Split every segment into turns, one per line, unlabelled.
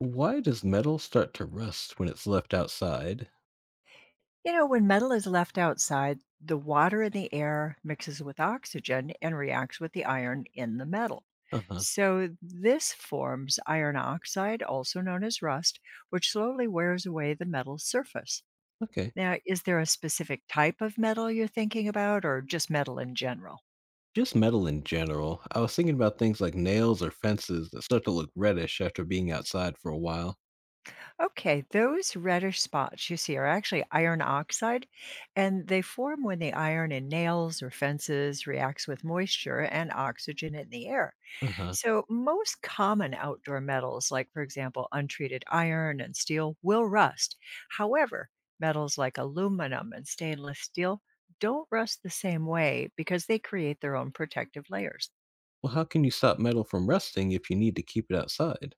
Why does metal start to rust when it's left outside?
You know, when metal is left outside, the water in the air mixes with oxygen and reacts with the iron in the metal.
Uh huh.
So this forms iron oxide, also known as rust, which slowly wears away the metal surface.
Okay.
Now, is there a specific type of metal you're thinking about, or just metal in general?
Just metal in general. I was thinking about things like nails or fences that start to look reddish after being outside for a while.
Okay, those reddish spots you see are actually iron oxide, and they form when the iron in nails or fences reacts with moisture and oxygen in the air.
Uh huh.
So most common outdoor metals, like for example, untreated iron and steel, will rust. However, metals like aluminum and stainless steel don't rust the same way because they create their own protective layers.
Well, how can you stop metal from rusting if you need to keep it outside?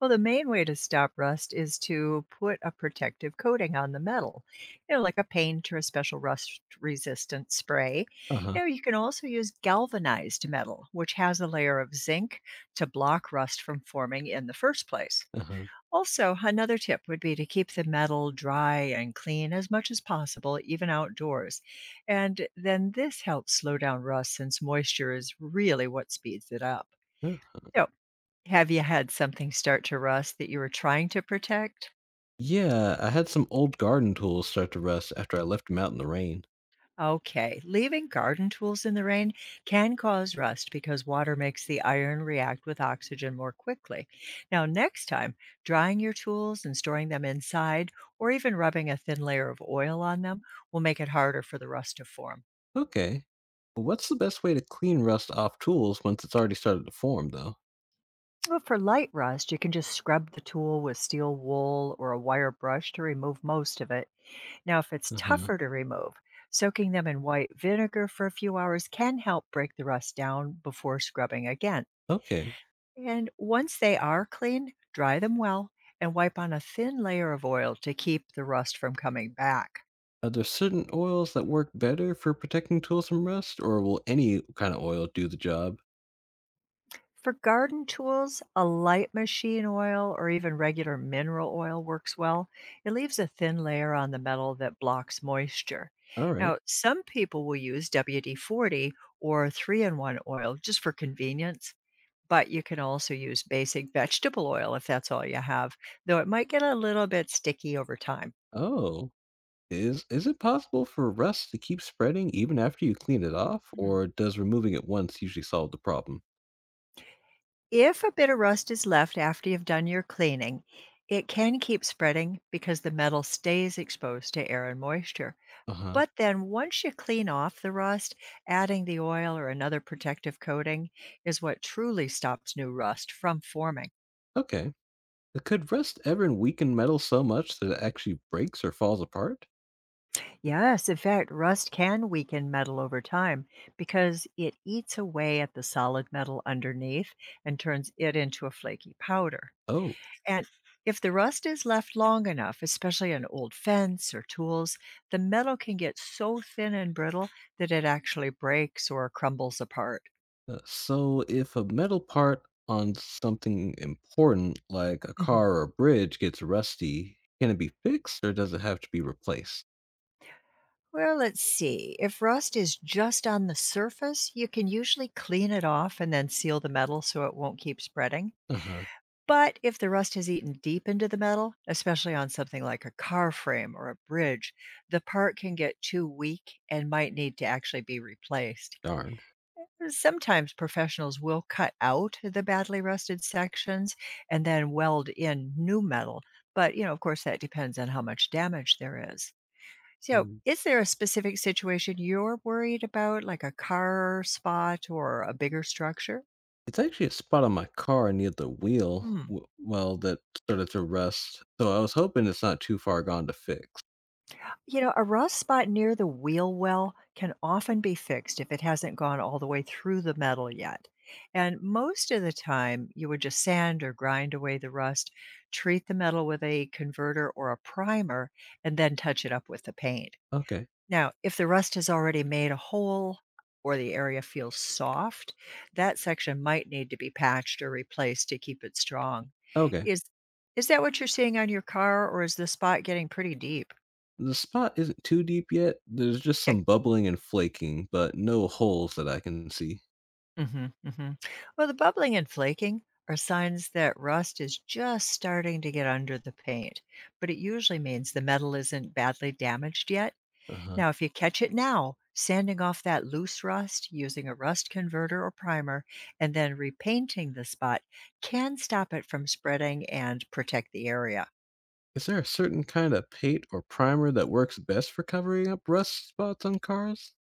Well, the main way to stop rust is to put a protective coating on the metal, you know, like a paint or a special rust resistant spray.
Uh
You
huh.
know, you can also use galvanized metal, which has a layer of zinc to block rust from forming in the first place.
Uh huh.
Also, another tip would be to keep the metal dry and clean as much as possible, even outdoors. And then this helps slow down rust since moisture is really what speeds it up.
Yeah,
So have you had something start to rust that you were trying to protect?
Yeah, I had some old garden tools start to rust after I left them out in the rain.
Okay, leaving garden tools in the rain can cause rust because water makes the iron react with oxygen more quickly. Now, next time, drying your tools and storing them inside, or even rubbing a thin layer of oil on them, will make it harder for the rust to form.
Okay. Well, what's the best way to clean rust off tools once it's already started to form, though?
Well, for light rust, you can just scrub the tool with steel wool or a wire brush to remove most of it. Now, if it's
Uh huh.
tougher to remove, soaking them in white vinegar for a few hours can help break the rust down before scrubbing again.
Okay.
And once they are clean, dry them well and wipe on a thin layer of oil to keep the rust from coming back.
Are there certain oils that work better for protecting tools from rust, or will any kind of oil do the job?
For garden tools, a light machine oil or even regular mineral oil works well. It leaves a thin layer on the metal that blocks moisture.
All right.
Now, some people will use WD 40 or 3 in 1 oil just for convenience, but you can also use basic vegetable oil if that's all you have, though it might get a little bit sticky over time.
Oh, is it possible for rust to keep spreading even after you clean it off, or does removing it once usually solve the problem?
If a bit of rust is left after you've done your cleaning, it can keep spreading because the metal stays exposed to air and moisture.
Uh huh.
But then, once you clean off the rust, adding the oil or another protective coating is what truly stops new rust from forming.
Okay. Could rust ever weaken metal so much that it actually breaks or falls apart?
Yes, in fact, rust can weaken metal over time because it eats away at the solid metal underneath and turns it into a flaky powder.
Oh,
And if the rust is left long enough, especially on old fence or tools, the metal can get so thin and brittle that it actually breaks or crumbles apart.
so if a metal part on something important like a
Mhm.
car or a bridge gets rusty, can it be fixed or does it have to be replaced?
Well, let's see. If rust is just on the surface, you can usually clean it off and then seal the metal so it won't keep spreading.
Uh-huh.
But if the rust has eaten deep into the metal, especially on something like a car frame or a bridge, the part can get too weak and might need to actually be replaced.
Darn.
Sometimes professionals will cut out the badly rusted sections and then weld in new metal, but, you know, of course, that depends on how much damage there is. So
Mm.
is there a specific situation you're worried about, like a car spot or a bigger structure?
It's actually a spot on my car near the wheel, well, that started to rust, so I was hoping it's not too far gone to fix.
You know, a rough spot near the wheel well can often be fixed if it hasn't gone all the way through the metal yet. And most of the time, you would just sand or grind away the rust, treat the metal with a converter or a primer, and then touch it up with the paint.
Okay.
Now, if the rust has already made a hole or the area feels soft, that section might need to be patched or replaced to keep it strong.
Okay.
Is is that what you're seeing on your car, or is the spot getting pretty deep?
The spot isn't too deep yet. There's just some bubbling and flaking, but no holes that I can see.
Mhm, mhm. Well, the bubbling and flaking are signs that rust is just starting to get under the paint, but it usually means the metal isn't badly damaged yet.
Uh-huh.
Now, if you catch it now, sanding off that loose rust using a rust converter or primer and then repainting the spot can stop it from spreading and protect the area.
Is there a certain kind of paint or primer that works best for covering up rust spots on cars?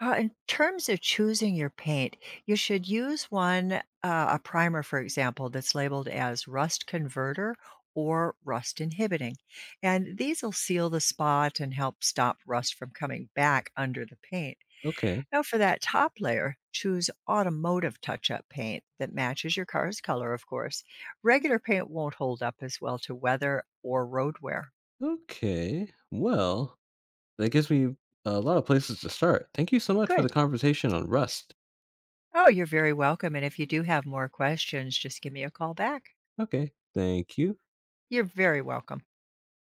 In terms of choosing your paint, you should use a primer, for example, that's labeled as rust converter or rust inhibiting. And these will seal the spot and help stop rust from coming back under the paint.
Okay.
Now, for that top layer, choose automotive touch up paint that matches your car's color, of course. Regular paint won't hold up as well to weather or road wear.
Okay. Well, that gives me a lot of places to start. Thank you so much for
Good.
the conversation on rust.
Oh, you're very welcome. And if you do have more questions, just give me a call back.
Okay, thank you.
You're very welcome.